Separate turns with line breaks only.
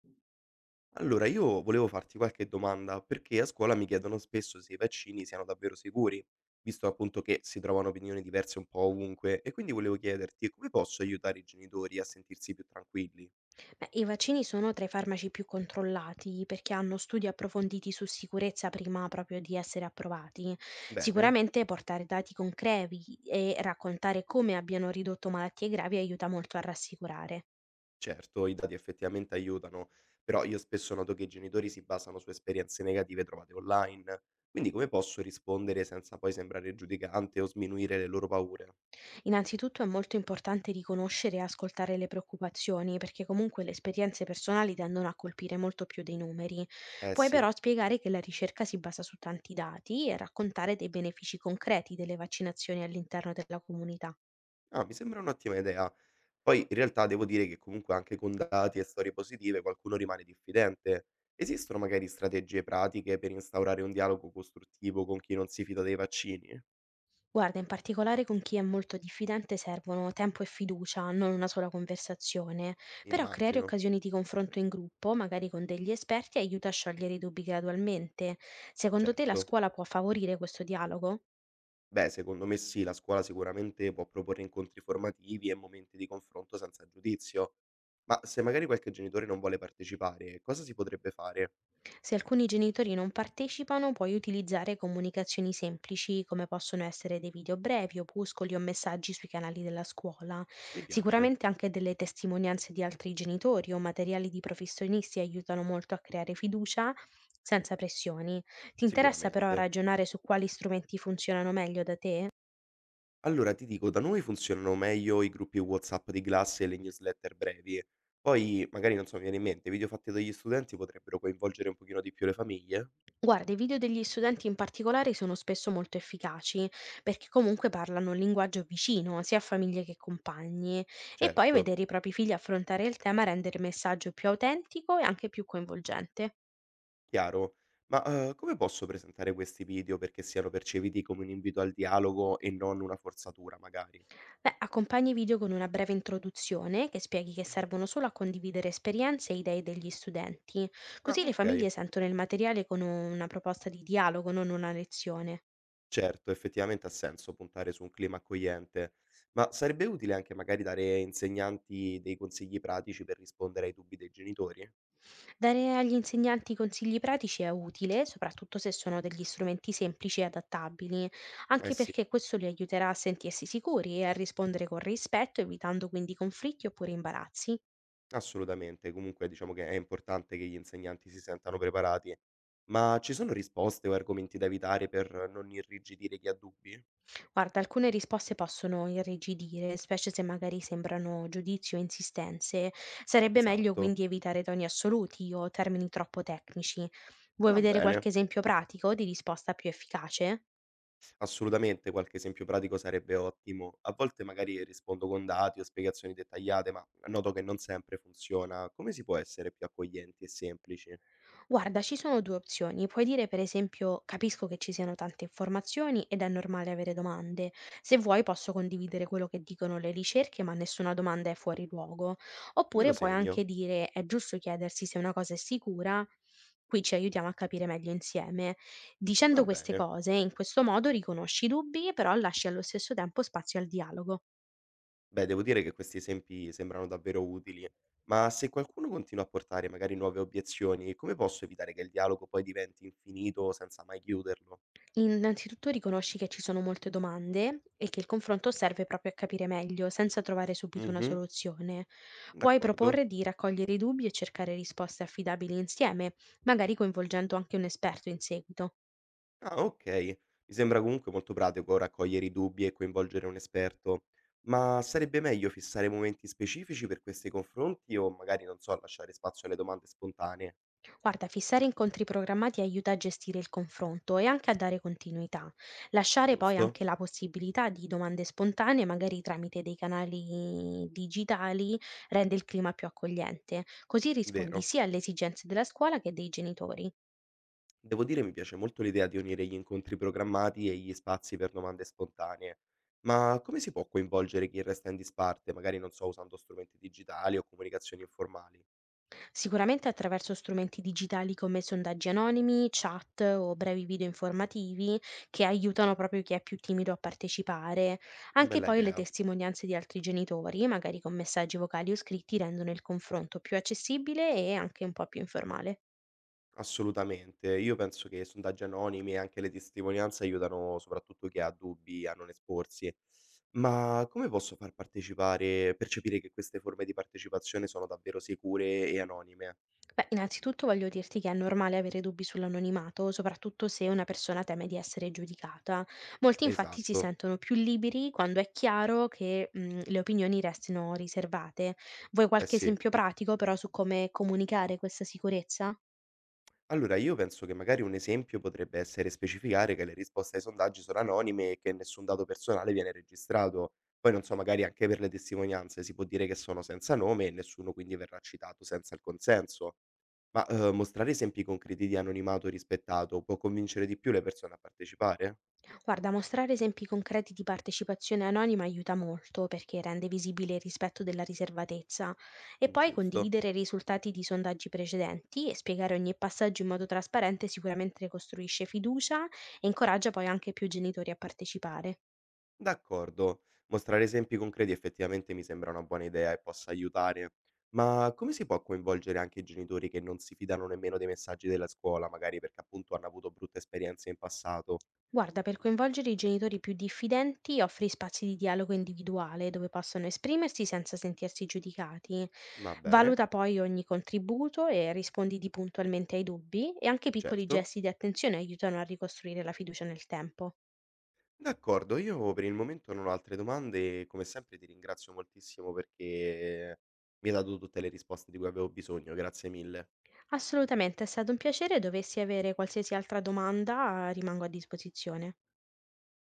Allora, io volevo farti qualche domanda, perché a scuola mi chiedono spesso se i vaccini siano davvero sicuri, visto appunto che si trovano opinioni diverse un po' ovunque, e quindi volevo chiederti come posso aiutare i genitori a sentirsi più tranquilli?
Beh, i vaccini sono tra i farmaci più controllati perché hanno studi approfonditi su sicurezza prima proprio di essere approvati.
Bene,
Sicuramente portare dati concreti e raccontare come abbiano ridotto malattie gravi aiuta molto a rassicurare.
certo, i dati effettivamente aiutano, però io spesso noto che i genitori si basano su esperienze negative trovate online, quindi come posso rispondere senza poi sembrare giudicante o sminuire le loro paure?
Innanzitutto è molto importante riconoscere e ascoltare le preoccupazioni perché comunque le esperienze personali tendono a colpire molto più dei numeri.
Eh
Puoi
sì,
però spiegare che la ricerca si basa su tanti dati e raccontare dei benefici concreti delle vaccinazioni all'interno della comunità.
ah, mi sembra un'ottima idea. Poi in realtà devo dire che comunque anche con dati e storie positive qualcuno rimane diffidente. Esistono magari strategie pratiche per instaurare un dialogo costruttivo con chi non si fida dei vaccini?
Guarda, in particolare con chi è molto diffidente servono tempo e fiducia, non una sola conversazione, però creare
Immagino,
occasioni di confronto in gruppo, magari con degli esperti, aiuta a sciogliere i dubbi gradualmente. Secondo te la
certo.
scuola può favorire questo dialogo?
Beh, secondo me sì, la scuola sicuramente può proporre incontri formativi e momenti di confronto senza giudizio. Ma se magari qualche genitore non vuole partecipare, cosa si potrebbe fare?
Se alcuni genitori non partecipano, puoi utilizzare comunicazioni semplici come possono essere dei video brevi, opuscoli o messaggi sui canali della scuola.
Mi piace,
Sicuramente anche delle testimonianze di altri genitori o materiali di professionisti aiutano molto a creare fiducia senza pressioni. Ti interessa però
sicuramente.
ragionare su quali strumenti funzionano meglio da te?
Allora ti dico, da noi funzionano meglio i gruppi WhatsApp di classe e le newsletter brevi. Poi, magari, non so, mi viene in mente, i video fatti dagli studenti potrebbero coinvolgere un pochino di più le famiglie?
Guarda, i video degli studenti in particolare sono spesso molto efficaci perché comunque parlano un linguaggio vicino sia a famiglie che compagni e poi
Certo,
vedere i propri figli affrontare il tema rende il messaggio più autentico e anche più coinvolgente.
chiaro. Ma come posso presentare questi video perché siano percepiti come un invito al dialogo e non una forzatura, magari?
Beh, accompagni i video con una breve introduzione che spieghi che servono solo a condividere esperienze e idee degli studenti,
Ah,
così le
ok.
famiglie sentono il materiale con una proposta di dialogo, non una lezione.
Certo, effettivamente ha senso puntare su un clima accogliente, ma sarebbe utile anche magari dare ai insegnanti dei consigli pratici per rispondere ai dubbi dei genitori?
Dare agli insegnanti consigli pratici è utile, soprattutto se sono degli strumenti semplici e adattabili,
Eh
anche
sì.
perché questo li aiuterà a sentirsi sicuri e a rispondere con rispetto, evitando quindi conflitti oppure imbarazzi.
Assolutamente, comunque diciamo che è importante che gli insegnanti si sentano preparati. Ma ci sono risposte o argomenti da evitare per non irrigidire chi ha dubbi?
Guarda, alcune risposte possono irrigidire, specie se magari sembrano giudizi o insistenze. Sarebbe meglio
Esatto.
quindi evitare toni assoluti o termini troppo tecnici. Vuoi
Va
vedere
bene.
qualche esempio pratico di risposta più efficace?
Assolutamente, qualche esempio pratico sarebbe ottimo. A volte magari rispondo con dati o spiegazioni dettagliate, ma noto che non sempre funziona. Come si può essere più accoglienti e semplici?
Guarda, ci sono 2 opzioni. Puoi dire per esempio: "Capisco che ci siano tante informazioni ed è normale avere domande. Se vuoi posso condividere quello che dicono le ricerche, ma nessuna domanda è fuori luogo".
Me
Oppure
lo
puoi anche
segno.
dire: "È giusto chiedersi se una cosa è sicura. Qui ci aiutiamo a capire meglio insieme".
Va
Dicendo queste
bene.
cose, in questo modo riconosci i dubbi, però lasci allo stesso tempo spazio al dialogo.
Beh, devo dire che questi esempi sembrano davvero utili, ma se qualcuno continua a portare magari nuove obiezioni, come posso evitare che il dialogo poi diventi infinito senza mai chiuderlo?
Innanzitutto riconosci che ci sono molte domande e che il confronto serve proprio a capire meglio, senza trovare subito una
Mhm,
soluzione. Puoi
d'accordo.
proporre di raccogliere i dubbi e cercare risposte affidabili insieme, magari coinvolgendo anche un esperto in seguito.
Ah, ok. Mi sembra comunque molto pratico raccogliere i dubbi e coinvolgere un esperto, ma sarebbe meglio fissare momenti specifici per questi confronti o magari, non so, lasciare spazio alle domande spontanee,
Guarda, fissare incontri programmati aiuta a gestire il confronto e anche a dare continuità. Lasciare poi
giusto?
anche la possibilità di domande spontanee, magari tramite dei canali digitali, rende il clima più accogliente. Così rispondi
Vero?
sia alle esigenze della scuola che dei genitori.
Devo dire mi piace molto l'idea di unire gli incontri programmati e gli spazi per domande spontanee, ma come si può coinvolgere chi resta in disparte, magari non so, usando strumenti digitali o comunicazioni informali?
Sicuramente attraverso strumenti digitali come sondaggi anonimi, chat o brevi video informativi che aiutano proprio chi è più timido a partecipare. Anche
Bella
poi le
idea,
testimonianze di altri genitori, magari con messaggi vocali o scritti, rendono il confronto più accessibile e anche un po' più informale.
assolutamente. Io penso che sondaggi anonimi e anche le testimonianze aiutano soprattutto chi ha dubbi a non esporsi. Ma come posso far partecipare, percepire che queste forme di partecipazione sono davvero sicure e anonime?
Beh, innanzitutto voglio dirti che è normale avere dubbi sull'anonimato, soprattutto se una persona teme di essere giudicata. Molti infatti si
Esatto,
sentono più liberi quando è chiaro che le opinioni restino riservate. Vuoi
eh
qualche
sì.
esempio pratico però su come comunicare questa sicurezza?
Allora, io penso che magari un esempio potrebbe essere specificare che le risposte ai sondaggi sono anonime e che nessun dato personale viene registrato. Poi non so, magari anche per le testimonianze si può dire che sono senza nome e nessuno quindi verrà citato senza il consenso. Ma mostrare esempi concreti di anonimato rispettato può convincere di più le persone a partecipare?
Guarda, mostrare esempi concreti di partecipazione anonima aiuta molto perché rende visibile il rispetto della riservatezza e poi
Giusto.
condividere i risultati di sondaggi precedenti e spiegare ogni passaggio in modo trasparente sicuramente costruisce fiducia e incoraggia poi anche più genitori a partecipare.
D'accordo, mostrare esempi concreti effettivamente mi sembra una buona idea e possa aiutare, ma come si può coinvolgere anche i genitori che non si fidano nemmeno dei messaggi della scuola, magari perché appunto hanno avuto brutte esperienze in passato?
Guarda, per coinvolgere i genitori più diffidenti, offri spazi di dialogo individuale dove possono esprimersi senza sentirsi giudicati.
Va bene,
Valuta poi ogni contributo e risponditi puntualmente ai dubbi e anche piccoli
certo.
gesti di attenzione aiutano a ricostruire la fiducia nel tempo.
D'accordo, io per il momento non ho altre domande e come sempre ti ringrazio moltissimo perché mi hai dato tutte le risposte di cui avevo bisogno, grazie mille.
Assolutamente, è stato un piacere. Dovessi avere qualsiasi altra domanda, rimango a disposizione.